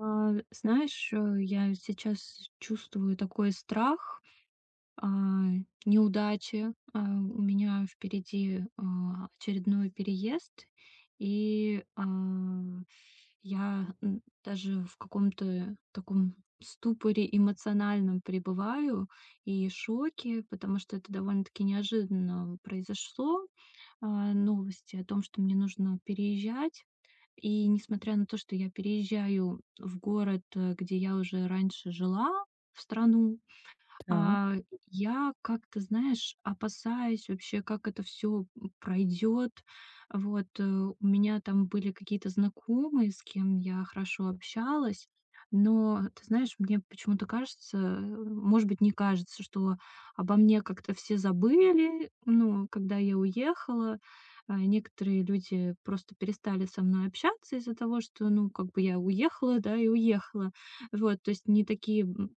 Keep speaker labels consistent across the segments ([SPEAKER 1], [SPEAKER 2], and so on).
[SPEAKER 1] Я сейчас чувствую такой страх а, неудачи. У меня впереди очередной переезд, и, а, я, даже в каком-то таком ступоре эмоциональном пребываю и шоке, потому что это довольно-таки неожиданно произошло, новости о том, что мне нужно переезжать. И несмотря на то, что я переезжаю в город, где я уже раньше жила, в страну,
[SPEAKER 2] Так,
[SPEAKER 1] а, я как-то, знаешь, опасаюсь вообще, как это все пройдет. Вот, у меня там были какие-то знакомые, с кем я хорошо общалась, но, ты знаешь, мне почему-то кажется, может быть, не кажется, что обо мне как-то все забыли, ну, когда я уехала. Некоторые люди просто перестали со мной общаться из-за того, что, ну, как бы я уехала, да, и уехала. Вот, то есть не такие,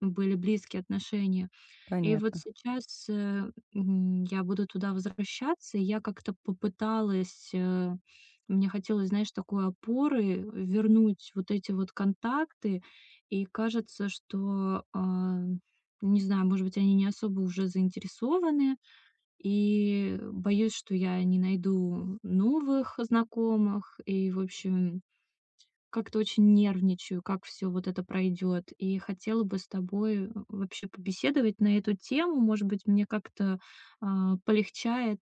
[SPEAKER 1] были близкие отношения. И вот
[SPEAKER 2] понятно.
[SPEAKER 1] сейчас, я буду туда возвращаться. И я как-то попыталась, мне хотелось, знаешь, такой опоры, вернуть вот эти вот контакты. И кажется, что, не знаю, может быть, они не особо уже заинтересованы. И боюсь, что я не найду новых знакомых. И, в общем, как-то очень нервничаю, как все вот это пройдет, и хотела бы с тобой, вообще побеседовать на эту тему. Может быть, мне как-то, полегчает.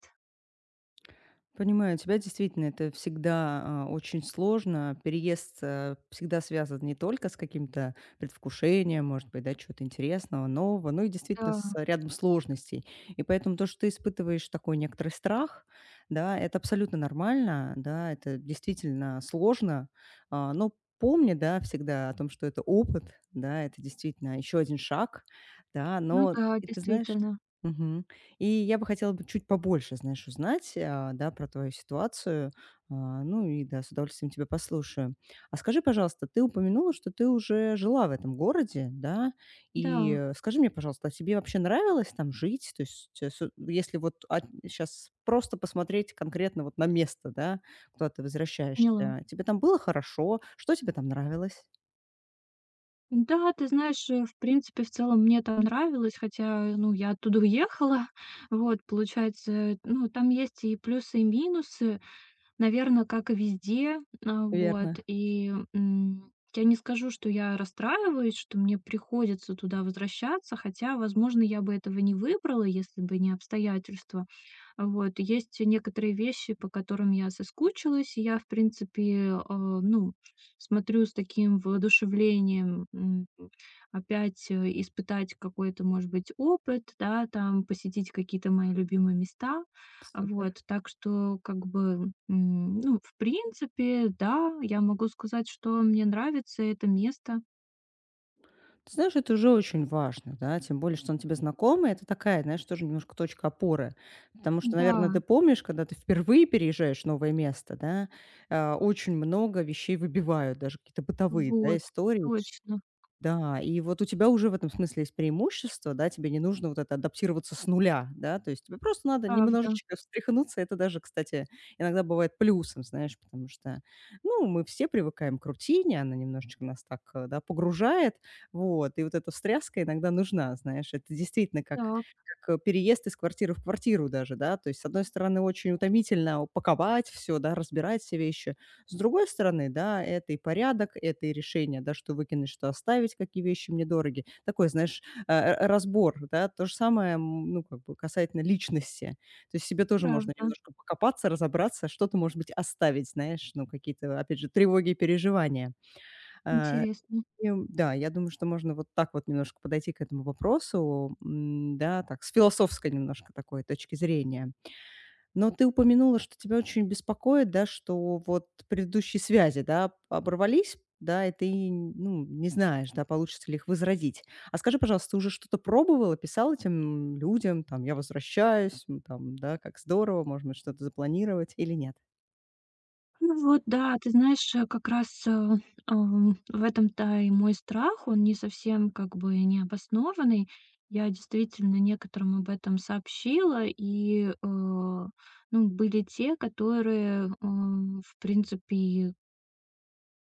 [SPEAKER 2] Понимаю, тебя действительно это всегда очень сложно. Переезд всегда связан не только с каким-то предвкушением, может быть, да, чего-то интересного, нового, но и действительно
[SPEAKER 1] Да,
[SPEAKER 2] с рядом сложностей. И поэтому то, что ты испытываешь такой некоторый страх, да, это абсолютно нормально, да, это действительно сложно, но помни, да, всегда о том, что это опыт, да, это действительно еще один шаг, да,
[SPEAKER 1] ну
[SPEAKER 2] но
[SPEAKER 1] да,
[SPEAKER 2] и ты знаешь,
[SPEAKER 1] действительно.
[SPEAKER 2] мгм. И я бы хотела бы чуть побольше, знаешь, узнать, да, про твою ситуацию. Ну и да, с удовольствием тебя послушаю. А скажи, пожалуйста, ты упомянула, что ты уже жила в этом городе, да? И
[SPEAKER 1] Да.
[SPEAKER 2] скажи мне, пожалуйста, а тебе вообще нравилось там жить? То есть, если вот сейчас просто посмотреть конкретно вот на место, да, куда ты
[SPEAKER 1] Поняла.
[SPEAKER 2] возвращаешься, тебе там было хорошо? Что тебе там нравилось?
[SPEAKER 1] Да, ты знаешь, в принципе, в целом мне там нравилось, хотя, ну, я оттуда уехала. Вот, получается, ну, там есть и плюсы, и минусы. Наверное, как и везде, вот.
[SPEAKER 2] Верно.
[SPEAKER 1] И, я не скажу, что я расстраиваюсь, что мне приходится туда возвращаться, хотя, возможно, я бы этого не выбрала, если бы не обстоятельства. Вот. Есть некоторые вещи, по которым я соскучилась, и я, в принципе, ну, смотрю с таким воодушевлением, опять, испытать какой-то, может быть, опыт, да, там, посетить какие-то мои любимые места.
[SPEAKER 2] Супер.
[SPEAKER 1] Вот, так что, как бы, ну, в принципе, да, я могу сказать, что мне нравится это место.
[SPEAKER 2] Ты знаешь, это уже очень важно, да, тем более, что он тебе знакомый. Это такая, знаешь, тоже немножко точка опоры. Потому что,
[SPEAKER 1] Да,
[SPEAKER 2] наверное, ты помнишь, когда ты впервые переезжаешь в новое место, да, очень много вещей выбивают, даже какие-то бытовые, да,
[SPEAKER 1] вот,
[SPEAKER 2] истории.
[SPEAKER 1] точно,
[SPEAKER 2] Да, и вот у тебя уже в этом смысле есть преимущество, да, тебе не нужно вот это адаптироваться с нуля, да, то есть тебе просто надо
[SPEAKER 1] правда,
[SPEAKER 2] немножечко встряхнуться, это даже, кстати, иногда бывает плюсом, знаешь, потому что, ну, мы все привыкаем к рутине, она немножечко нас так, да, погружает, вот, и вот эта встряска иногда нужна, знаешь, это действительно
[SPEAKER 1] да,
[SPEAKER 2] как переезд из квартиры в квартиру даже, да, то есть, с одной стороны, очень утомительно упаковать все, да, разбирать все вещи, с другой стороны, да, это и порядок, это и решение, да, что выкинуть, что оставить, какие вещи мне дороги. Такой, знаешь, разбор, да. То же самое, м, ну, как бы касательно личности. То есть себе тоже можно
[SPEAKER 1] правда,
[SPEAKER 2] немножко покопаться, разобраться, что-то, может быть, оставить, знаешь, ну, какие-то, опять же, тревоги и переживания. А,
[SPEAKER 1] интересно.
[SPEAKER 2] и, м, да, я думаю, что можно вот так вот немножко подойти к этому вопросу, м, да, так, с философской немножко такой точки зрения. Но ты упомянула, что тебя очень беспокоит, да, что вот предыдущие связи, да, оборвались, да, и ты, ну, не знаешь, да, получится ли их возродить. А скажи, пожалуйста, ты уже что-то пробовала, писала этим людям, там, я возвращаюсь, м, там, да, как здорово, может быть, что-то запланировать или нет?
[SPEAKER 1] Ну вот, да, ты знаешь, э, как раз э, ам, в этом-то и мой страх, он не совсем как бы необоснованный. Я действительно некоторым об этом сообщила, ну, были те, которые, в принципе,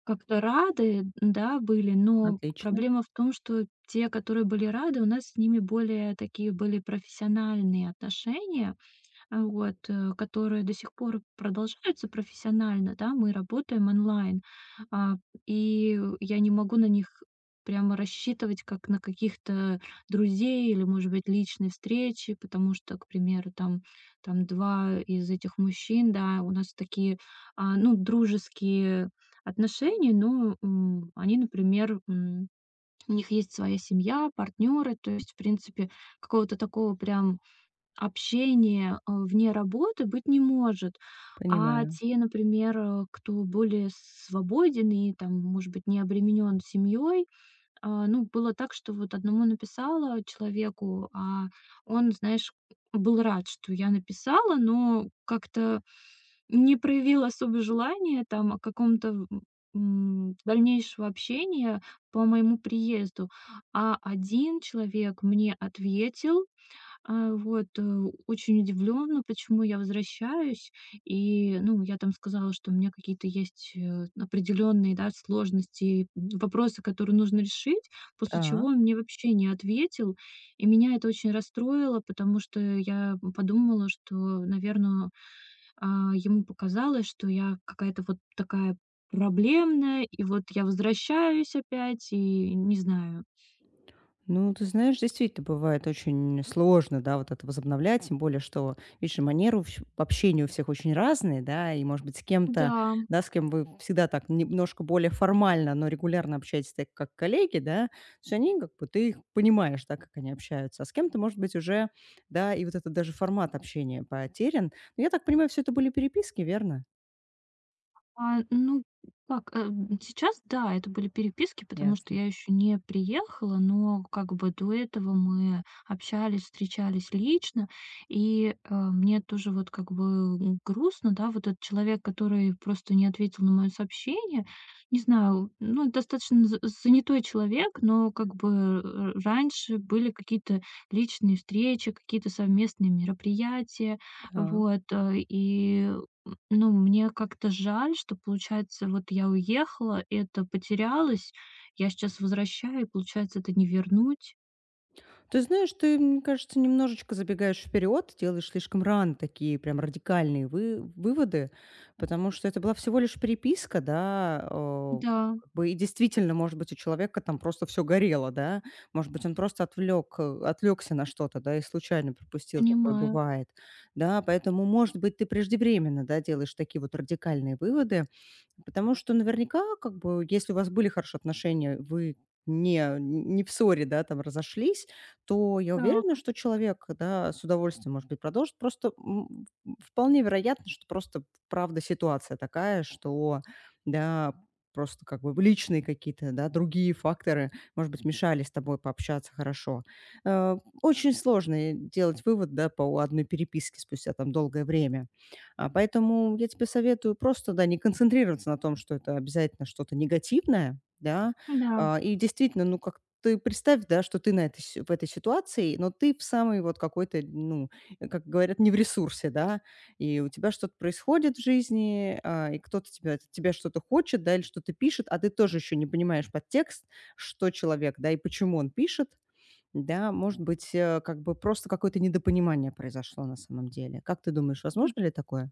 [SPEAKER 1] как-то рады, да, были, но
[SPEAKER 2] Отлично,
[SPEAKER 1] проблема в том, что те, которые были рады, у нас с ними более такие были профессиональные отношения. Которые до сих пор продолжаются профессионально, да, мы работаем онлайн. А, я не могу на них прямо рассчитывать как на каких-то друзей или, может быть, личные встречи, потому что, к примеру, там два из этих мужчин, да, у нас такие, ну, дружеские отношения, но они, например, у них есть своя семья, партнеры, то есть, в принципе, какого-то такого прям общение, вне работы быть не может. А
[SPEAKER 2] понимаю.
[SPEAKER 1] те, например, кто более свободен и там, может быть, не обременен семьей, ну, было так, что вот одному написала человеку, а он, знаешь, был рад, что я написала, но как-то не проявил особо желания там о каком-то, дальнейшего общения по моему приезду. А один человек мне ответил, а, вот, э, очень удивлённа, почему я возвращаюсь. И, ну, я там сказала, что у меня какие-то есть, определённые, да, сложности, вопросы, которые нужно решить, после чего
[SPEAKER 2] Так.
[SPEAKER 1] он мне вообще не ответил. И меня это очень расстроило, потому что я подумала, что, наверное, ему показалось, что я какая-то вот такая проблемная, и вот я возвращаюсь опять, и не знаю.
[SPEAKER 2] Ну, ты знаешь, действительно, бывает очень сложно, да, вот это возобновлять, тем более, что, видишь, и манеры в общения у всех очень разные, да, и, может быть, с кем-то,
[SPEAKER 1] Да.
[SPEAKER 2] да, с кем вы всегда так немножко более формально, но регулярно общаетесь так, как коллеги, да, то есть они, как бы, ты их понимаешь, да, как они общаются, а с кем-то, может быть, уже, да, и вот этот даже формат общения потерян. Но я так понимаю, все это были переписки, верно?
[SPEAKER 1] А, ну, Сейчас, да, это были переписки, потому что
[SPEAKER 2] Ясно.
[SPEAKER 1] я еще не приехала, но как бы до этого мы общались, встречались лично, мне тоже вот как бы, грустно, да, вот этот человек, который просто не ответил на мое сообщение. Не знаю, ну, достаточно за занятой человек, но как бы, раньше были какие-то личные встречи, какие-то совместные мероприятия, и ну, мне как-то жаль, что, получается, вот я уехала, это потерялось. Я сейчас возвращаю, и, получается, это не вернуть.
[SPEAKER 2] Ты знаешь, ты, мне кажется, немножечко забегаешь вперед, делаешь слишком рано такие прям радикальные выводы, потому что это была всего лишь переписка, да,
[SPEAKER 1] Да,
[SPEAKER 2] как бы и действительно, может быть, у человека там просто все горело, да, может быть, он просто отвлекся на что-то, да, и случайно пропустил, такое
[SPEAKER 1] понимаю.
[SPEAKER 2] бывает, да, поэтому, может быть, ты преждевременно, да, делаешь такие вот радикальные выводы, потому что наверняка, как бы, если у вас были хорошие отношения, вы не в ссоре, да, там разошлись, то я
[SPEAKER 1] Так,
[SPEAKER 2] уверена, что человек, да, с удовольствием, может быть, продолжит. Просто, м, вполне вероятно, что просто, правда, ситуация такая, что, да, просто как бы личные какие-то, да, другие факторы, может быть, мешали с тобой пообщаться хорошо. Очень сложно, делать вывод, да, по одной переписке спустя там долгое время. Поэтому я тебе советую просто, да, не концентрироваться на том, что это обязательно что-то негативное, да.
[SPEAKER 1] да.
[SPEAKER 2] И действительно, ну, как ты представь, да, что ты на в этой ситуации, но ты в самой вот какой-то, ну, как говорят, не в ресурсе, да, и у тебя что-то происходит в жизни, и кто-то тебя что-то хочет, да, или что-то пишет, а ты тоже еще не понимаешь подтекст, что человек, да, и почему он пишет, да, может быть, как бы просто какое-то недопонимание произошло на самом деле. Как ты думаешь,
[SPEAKER 1] М,
[SPEAKER 2] возможно ли такое?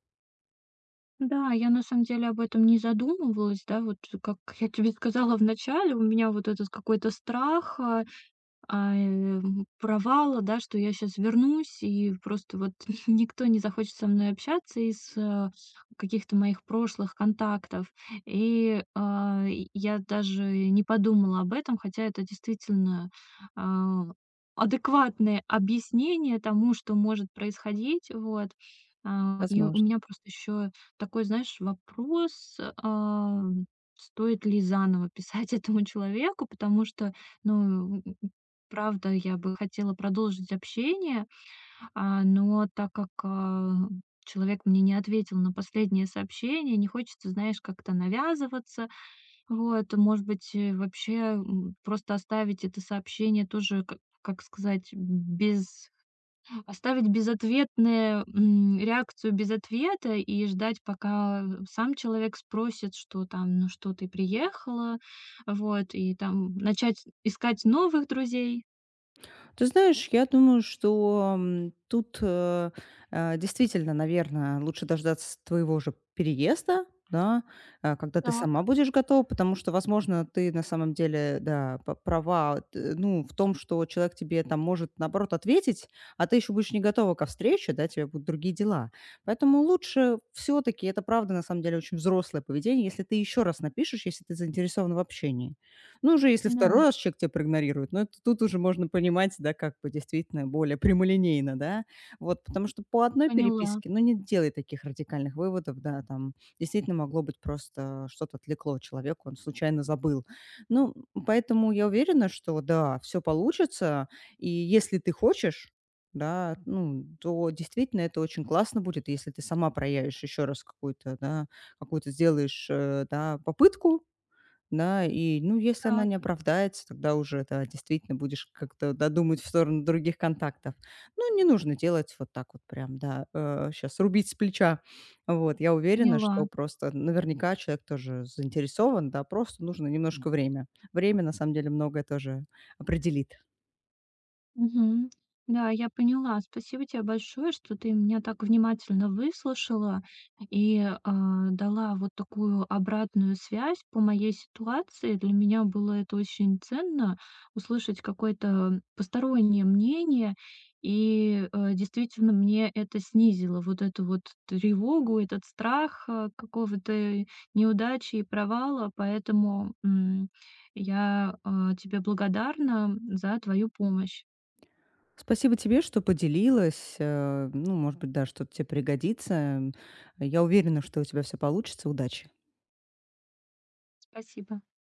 [SPEAKER 1] Да, я на самом деле об этом не задумывалась, да, вот как я тебе сказала в начале, у меня вот этот какой-то страх, провала, да, что я сейчас вернусь, и просто вот никто не захочет со мной общаться из, каких-то моих прошлых контактов. И я даже не подумала об этом, хотя это действительно, а, адекватное объяснение тому, что может происходить. Вот. И у
[SPEAKER 2] Возможно.
[SPEAKER 1] меня просто еще такой, знаешь, вопрос, стоит ли заново писать этому человеку, потому что, ну, правда, я бы хотела продолжить общение, но так как, человек мне не ответил на последнее сообщение, не хочется, знаешь, как-то навязываться. Вот, может быть, вообще, просто оставить это сообщение тоже, как сказать, без, оставить безответную реакцию без ответа и ждать, пока сам человек спросит, что там: "Ну что, ты приехала?" Вот, и там начать искать новых друзей.
[SPEAKER 2] Ты знаешь, я думаю, что, тут действительно, наверное, лучше дождаться твоего же переезда, да, когда ты сама
[SPEAKER 1] Так.
[SPEAKER 2] будешь готова, потому что, возможно, ты на самом деле, да, п права, т ну, в том, что человек тебе там может, наоборот, ответить, а ты еще будешь не готова ко встрече, да, тебе будут другие дела. Поэтому лучше все таки это правда, на самом деле, очень взрослое поведение, если ты еще раз напишешь, если ты заинтересована в общении. Ну, уже если
[SPEAKER 1] Да.
[SPEAKER 2] второй раз человек тебя проигнорирует, ну, это тут уже можно понимать, да, как бы действительно более прямолинейно, да. Вот, потому что по одной
[SPEAKER 1] Поняла.
[SPEAKER 2] переписке, ну, не делай таких радикальных выводов, да, там действительно могло быть просто что-то отвлекло человека, он случайно забыл. Ну, поэтому я уверена, что да, все получится, и если ты хочешь, да, ну, то действительно это очень классно будет, если ты сама проявишь еще раз какую-то, да, какую-то сделаешь, да, попытку, да, и, ну, если она не
[SPEAKER 1] Так,
[SPEAKER 2] оправдается, тогда уже, да, действительно будешь как-то, да, в сторону других контактов. Ну, не нужно делать вот так вот прям, да, сейчас рубить с плеча. Вот, я уверена,
[SPEAKER 1] поняла.
[SPEAKER 2] что просто наверняка человек тоже заинтересован, да, просто нужно немножко время. Время, на самом деле, многое тоже определит.
[SPEAKER 1] Мгм. Да, я поняла. Спасибо тебе большое, что ты меня так внимательно выслушала и, дала вот такую обратную связь по моей ситуации. Для меня было это очень ценно, услышать какое-то постороннее мнение. Действительно, мне это снизило вот эту вот тревогу, этот страх какого-то неудачи и провала. Поэтому, я, тебе благодарна за твою помощь.
[SPEAKER 2] Спасибо тебе, что поделилась. Ну, может быть, да, что-то тебе пригодится. Я уверена, что у тебя все получится. Удачи.
[SPEAKER 1] Спасибо.